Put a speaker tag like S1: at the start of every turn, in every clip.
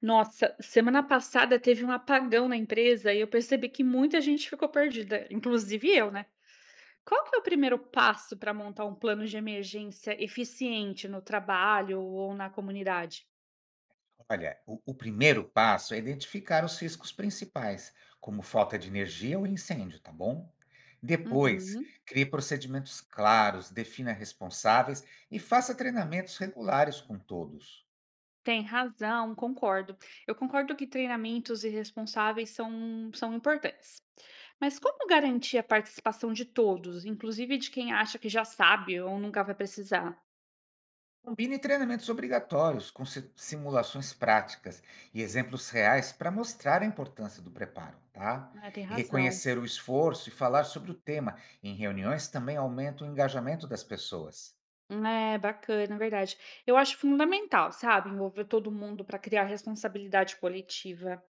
S1: Nossa, semana passada teve um apagão na empresa e eu percebi que muita gente ficou perdida, inclusive eu, né? Qual que é o primeiro passo para montar um plano de emergência eficiente no trabalho ou na comunidade?
S2: Olha, o primeiro passo é identificar os riscos principais, como falta de energia ou incêndio, tá bom? Depois,
S1: Uhum.
S2: crie procedimentos claros, defina responsáveis e faça treinamentos regulares com todos.
S1: Tem razão, concordo. Eu concordo que treinamentos e responsáveis são importantes. Mas como garantir a participação de todos, inclusive de quem acha que já sabe ou nunca vai precisar?
S2: Combine treinamentos obrigatórios com simulações práticas e exemplos reais para mostrar a importância do preparo, tá?
S1: Ah, tem
S2: E
S1: razão.
S2: reconhecer o esforço e falar sobre o tema em reuniões também aumenta o engajamento das pessoas.
S1: É, bacana, verdade. Eu acho fundamental, sabe, envolver todo mundo para criar responsabilidade coletiva.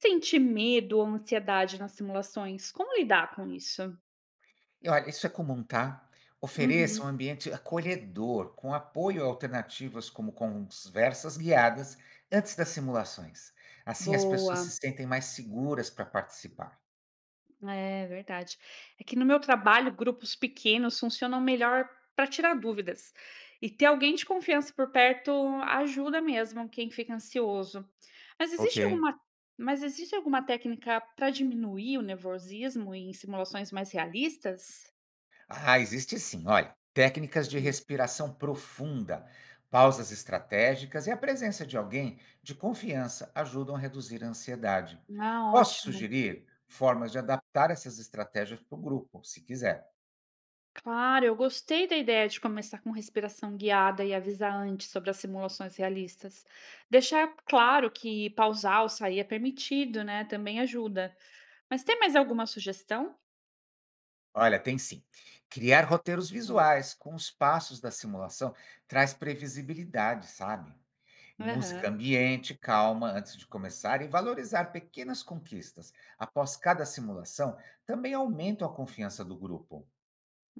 S1: Sentir medo ou ansiedade nas simulações, como lidar com isso?
S2: E olha, isso é comum, tá?
S1: Uhum.
S2: Ofereça um ambiente acolhedor, com apoio a alternativas como conversas guiadas antes das simulações. Assim as
S1: Boa,
S2: pessoas se sentem mais seguras para participar.
S1: é verdade. É que no meu trabalho, grupos pequenos funcionam melhor para tirar dúvidas. E ter alguém de confiança por perto ajuda mesmo quem fica ansioso. Mas existe
S2: Ok.
S1: alguma, mas existe alguma técnica para diminuir o nervosismo em simulações mais realistas?
S2: Ah, existe sim, olha. Técnicas de
S1: Hum.
S2: respiração profunda, pausas estratégicas e a presença de alguém de confiança ajudam a reduzir a ansiedade.
S1: Ah,
S2: Posso
S1: ótimo.
S2: sugerir formas de adaptar essas estratégias para o grupo, se quiser.
S1: Claro, eu gostei da ideia de começar com respiração guiada e avisar antes sobre as simulações realistas. Deixar claro que pausar ou sair é permitido, né? Também ajuda. Mas tem mais alguma sugestão?
S2: Olha, tem sim. Criar roteiros
S1: Hum.
S2: visuais com os passos da simulação traz previsibilidade, sabe?
S1: Aham.
S2: Música ambiente, calma antes de começar e valorizar pequenas conquistas após cada simulação também aumenta a confiança do grupo.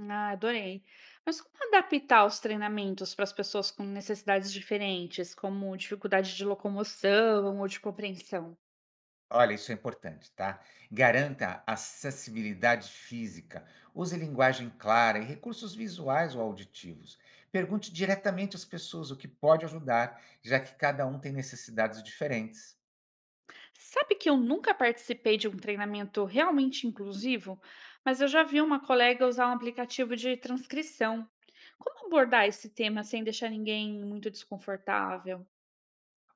S1: Ah, adorei. Mas como adaptar os treinamentos para as pessoas com necessidades diferentes, como dificuldade de locomoção ou de compreensão?
S2: Olha, isso é importante, tá? Garanta acessibilidade física, use linguagem clara e recursos visuais ou auditivos. Pergunte diretamente às pessoas o que pode ajudar, já que cada um tem necessidades diferentes.
S1: Sabe que eu nunca participei de um treinamento realmente inclusivo, mas eu já vi uma colega usar um aplicativo de transcrição. Como abordar esse tema sem deixar ninguém muito desconfortável?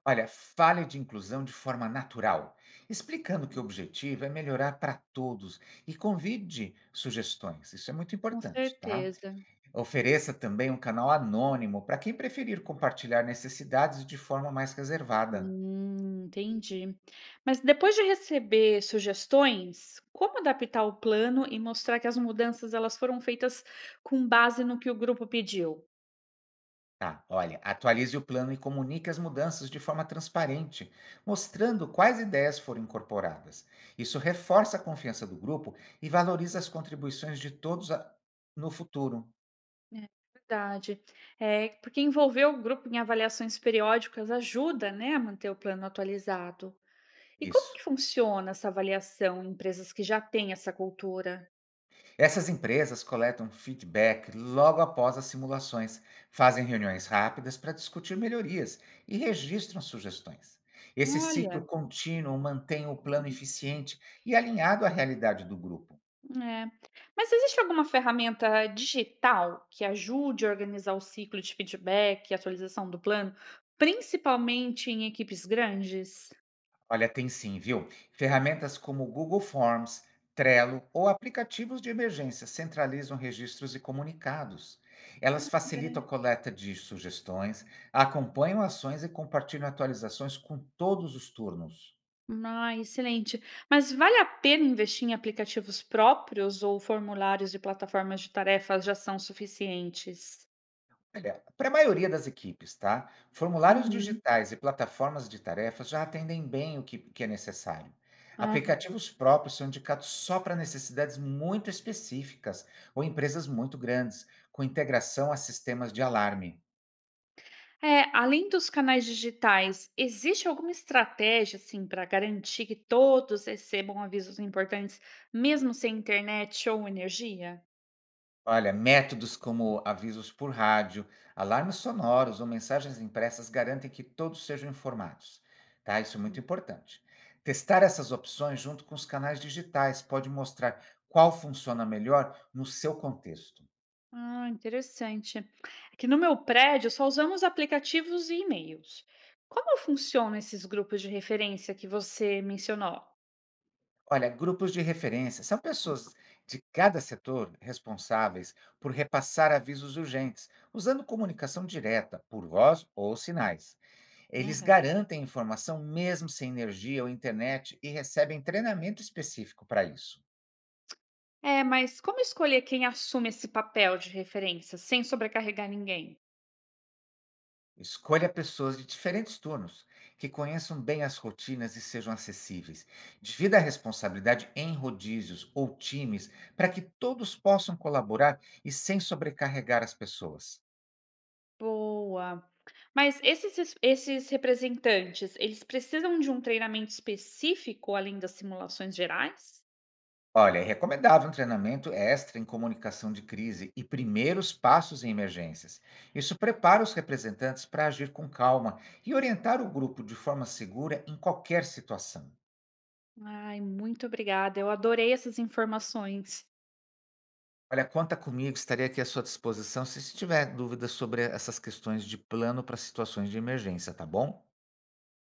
S2: Olha, fale de inclusão de forma natural, explicando que o objetivo é melhorar para todos e convide sugestões. Isso é muito
S1: Com
S2: importante, tá?
S1: certeza.
S2: Ofereça também um canal anônimo para quem preferir compartilhar necessidades de forma mais reservada.
S1: Entendi. Mas depois de receber sugestões, como adaptar o plano e mostrar que as mudanças elas foram feitas com base no que o grupo pediu?
S2: Tá, olha, atualize o plano e comunique as mudanças de forma transparente, mostrando quais ideias foram incorporadas. Isso reforça a confiança do grupo e valoriza as contribuições de todos no futuro.
S1: É verdade. É, porque envolver o grupo em avaliações periódicas ajuda, né, a manter o plano atualizado. E como
S2: Isso.
S1: que funciona essa avaliação em empresas que já têm essa cultura?
S2: Essas empresas coletam feedback logo após as simulações, fazem reuniões rápidas para discutir melhorias e registram sugestões. Esse ciclo
S1: Olha,
S2: contínuo mantém o plano eficiente e alinhado à realidade do grupo.
S1: é. Mas existe alguma ferramenta digital que ajude a organizar o ciclo de feedback e atualização do plano, principalmente em equipes grandes?
S2: Olha, tem sim, viu? Ferramentas como Google Forms, Trello ou aplicativos de emergência centralizam registros e comunicados. Elas facilitam a coleta de sugestões, acompanham ações e compartilham atualizações com todos os turnos.
S1: Ah, excelente. Mas vale a pena investir em aplicativos próprios ou formulários de plataformas de tarefas já são suficientes?
S2: Olha, para a maioria das equipes, tá? Formulários
S1: Uhum.
S2: digitais e plataformas de tarefas já atendem bem o que é necessário.
S1: Aham.
S2: Aplicativos próprios são indicados só para necessidades muito específicas ou empresas muito grandes, com integração a sistemas de alarme.
S1: É, além dos canais digitais, existe alguma estratégia assim para garantir que todos recebam avisos importantes, mesmo sem internet ou energia?
S2: Olha, métodos como avisos por rádio, alarmes sonoros ou mensagens impressas garantem que todos sejam informados, tá? Isso é muito importante. Testar essas opções junto com os canais digitais pode mostrar qual funciona melhor no seu contexto.
S1: Ah, interessante. Aqui no meu prédio só usamos aplicativos e e-mails. Como funcionam esses grupos de referência que você mencionou?
S2: Olha, grupos de referência são pessoas de cada setor responsáveis por repassar avisos urgentes, usando comunicação direta, por voz ou sinais. Eles garantem informação mesmo sem energia ou internet e recebem treinamento específico para isso.
S1: É, mas como escolher quem assume esse papel de referência sem sobrecarregar ninguém?
S2: Escolha pessoas de diferentes turnos, que conheçam bem as rotinas e sejam acessíveis. Divida a responsabilidade em rodízios ou times para que todos possam colaborar e sem sobrecarregar as pessoas.
S1: Boa. Esses representantes, eles precisam de um treinamento específico além das simulações gerais?
S2: Olha, é recomendável um treinamento extra em comunicação de crise e primeiros passos em emergências. Isso prepara os representantes para agir com calma e orientar o grupo de forma segura em qualquer situação.
S1: Ai, muito obrigada. Eu adorei essas informações.
S2: Olha, conta comigo, estarei aqui à sua disposição se tiver dúvidas sobre essas questões de plano para situações de emergência, tá bom?